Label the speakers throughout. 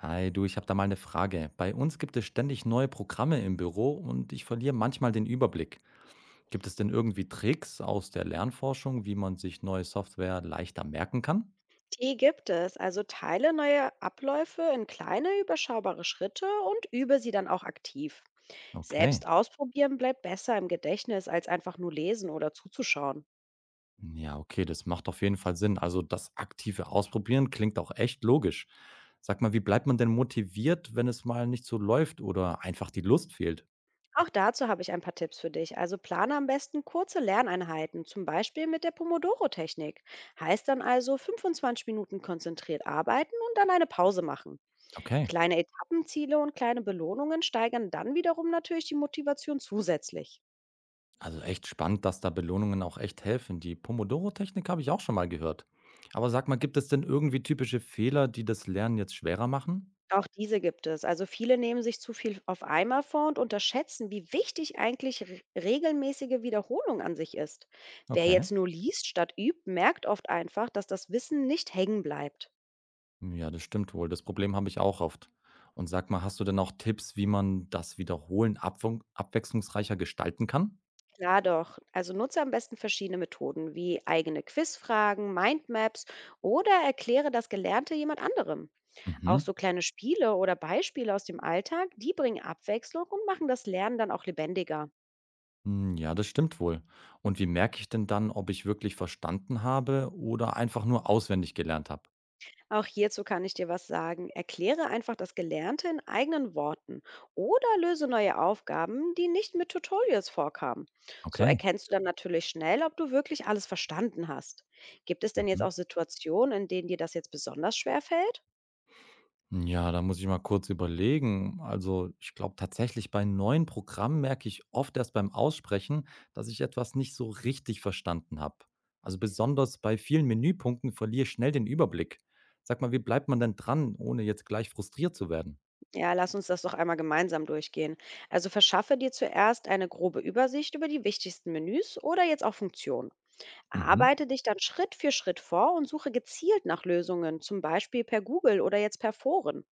Speaker 1: Hi, du, ich habe da mal eine Frage. Bei uns gibt es ständig neue Programme im Büro und ich verliere manchmal den Überblick. Gibt es denn irgendwie Tricks aus der Lernforschung, wie man sich neue Software leichter merken kann?
Speaker 2: Die gibt es. Also teile neue Abläufe in kleine, überschaubare Schritte und übe sie dann auch aktiv.
Speaker 1: Okay.
Speaker 2: Selbst ausprobieren bleibt besser im Gedächtnis, als einfach nur lesen oder zuzuschauen.
Speaker 1: Ja, okay, das macht auf jeden Fall Sinn. Also das aktive Ausprobieren klingt auch echt logisch. Sag mal, wie bleibt man denn motiviert, wenn es mal nicht so läuft oder einfach die Lust fehlt?
Speaker 2: Auch dazu habe ich ein paar Tipps für dich. Also plane am besten kurze Lerneinheiten, zum Beispiel mit der Pomodoro-Technik. Heißt dann also 25 Minuten konzentriert arbeiten und dann eine Pause machen.
Speaker 1: Okay.
Speaker 2: Kleine Etappenziele und kleine Belohnungen steigern dann wiederum natürlich die Motivation zusätzlich.
Speaker 1: Also echt spannend, dass da Belohnungen auch echt helfen. Die Pomodoro-Technik habe ich auch schon mal gehört. Aber sag mal, gibt es denn irgendwie typische Fehler, die das Lernen jetzt schwerer machen?
Speaker 2: Auch diese gibt es. Also viele nehmen sich zu viel auf einmal vor und unterschätzen, wie wichtig eigentlich re regelmäßige Wiederholung an sich ist. Wer
Speaker 1: Okay.
Speaker 2: jetzt nur liest statt übt, merkt oft einfach, dass das Wissen nicht hängen bleibt.
Speaker 1: Ja, das stimmt wohl. Das Problem habe ich auch oft. Und sag mal, hast du denn auch Tipps, wie man das Wiederholen abwechslungsreicher gestalten kann?
Speaker 2: Klar doch. Also nutze am besten verschiedene Methoden wie eigene Quizfragen, Mindmaps oder erkläre das Gelernte jemand anderem. Auch
Speaker 1: Mhm.
Speaker 2: so kleine Spiele oder Beispiele aus dem Alltag, die bringen Abwechslung und machen das Lernen dann auch lebendiger.
Speaker 1: Hm, ja, das stimmt wohl. Und wie merke ich denn dann, ob ich wirklich verstanden habe oder einfach nur auswendig gelernt habe?
Speaker 2: Auch hierzu kann ich dir was sagen. Erkläre einfach das Gelernte in eigenen Worten oder löse neue Aufgaben, die nicht mit Tutorials vorkamen. So
Speaker 1: Okay.
Speaker 2: erkennst du dann natürlich schnell, ob du wirklich alles verstanden hast. Gibt es denn jetzt
Speaker 1: Mhm.
Speaker 2: auch Situationen, in denen dir das jetzt besonders schwer fällt?
Speaker 1: Ja, da muss ich mal kurz überlegen. Also, ich glaube tatsächlich, bei neuen Programmen merke ich oft erst beim Aussprechen, dass ich etwas nicht so richtig verstanden habe. Also besonders bei vielen Menüpunkten verliere ich schnell den Überblick. Sag mal, wie bleibt man denn dran, ohne jetzt gleich frustriert zu werden?
Speaker 2: Ja, lass uns das doch einmal gemeinsam durchgehen. Also verschaffe dir zuerst eine grobe Übersicht über die wichtigsten Menüs oder jetzt auch Funktionen.
Speaker 1: Mhm,
Speaker 2: Arbeite dich dann Schritt für Schritt vor und suche gezielt nach Lösungen, zum Beispiel per Google oder jetzt per Foren.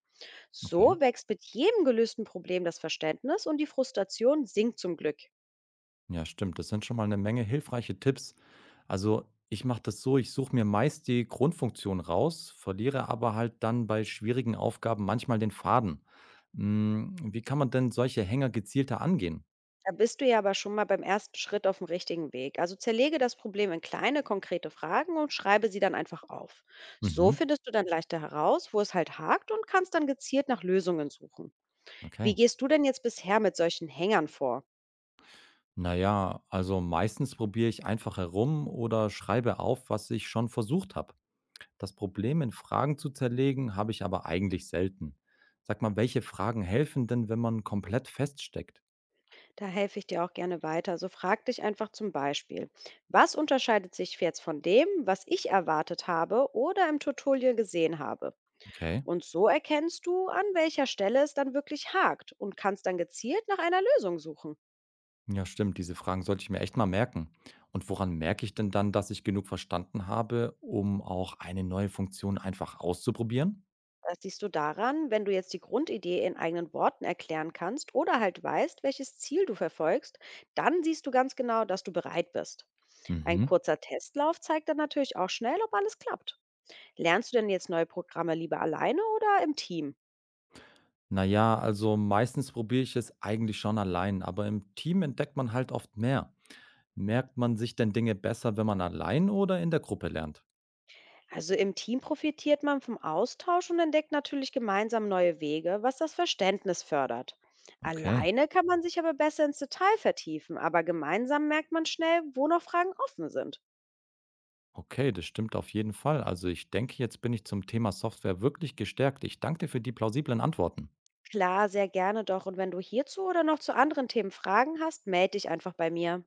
Speaker 1: okay.
Speaker 2: So wächst mit jedem gelösten Problem das Verständnis und die Frustration sinkt zum Glück.
Speaker 1: Ja, stimmt. Das sind schon mal eine Menge hilfreiche Tipps. Also, ich mache das so, ich suche mir meist die Grundfunktion raus, verliere aber halt dann bei schwierigen Aufgaben manchmal den Faden. Hm, wie kann man denn solche Hänger gezielter angehen?
Speaker 2: Da bist du ja aber schon mal beim ersten Schritt auf dem richtigen Weg. Also zerlege das Problem in kleine, konkrete Fragen und schreibe sie dann einfach auf. So
Speaker 1: Mhm.
Speaker 2: findest du dann leichter heraus, wo es halt hakt, und kannst dann gezielt nach Lösungen suchen. Wie
Speaker 1: Okay.
Speaker 2: gehst du denn jetzt bisher mit solchen Hängern vor?
Speaker 1: Na ja, also meistens probiere ich einfach herum oder schreibe auf, was ich schon versucht habe. Das Problem, in Fragen zu zerlegen, habe ich aber eigentlich selten. Sag mal, welche Fragen helfen denn, wenn man komplett feststeckt?
Speaker 2: Da helfe ich dir auch gerne weiter. So frag dich einfach zum Beispiel, was unterscheidet sich jetzt von dem, was ich erwartet habe oder im Tutorial gesehen habe?
Speaker 1: Okay.
Speaker 2: Und so erkennst du, an welcher Stelle es dann wirklich hakt, und kannst dann gezielt nach einer Lösung suchen.
Speaker 1: Ja, stimmt, diese Fragen sollte ich mir echt mal merken. Und woran merke ich denn dann, dass ich genug verstanden habe, um auch eine neue Funktion einfach auszuprobieren?
Speaker 2: Das siehst du daran: Wenn du jetzt die Grundidee in eigenen Worten erklären kannst oder halt weißt, welches Ziel du verfolgst, dann siehst du ganz genau, dass du bereit bist. Ein
Speaker 1: Mhm.
Speaker 2: kurzer Testlauf zeigt dann natürlich auch schnell, ob alles klappt. Lernst du denn jetzt neue Programme lieber alleine oder im Team?
Speaker 1: Naja, also meistens probiere ich es eigentlich schon allein, aber im Team entdeckt man halt oft mehr. Merkt man sich denn Dinge besser, wenn man allein oder in der Gruppe lernt?
Speaker 2: Also im Team profitiert man vom Austausch und entdeckt natürlich gemeinsam neue Wege, was das Verständnis fördert.
Speaker 1: Okay.
Speaker 2: Alleine kann man sich aber besser ins Detail vertiefen, aber gemeinsam merkt man schnell, wo noch Fragen offen sind.
Speaker 1: Okay, das stimmt auf jeden Fall. Also ich denke, jetzt bin ich zum Thema Software wirklich gestärkt. Ich danke dir für die plausiblen Antworten.
Speaker 2: Klar, sehr gerne doch. Und wenn du hierzu oder noch zu anderen Themen Fragen hast, melde dich einfach bei mir.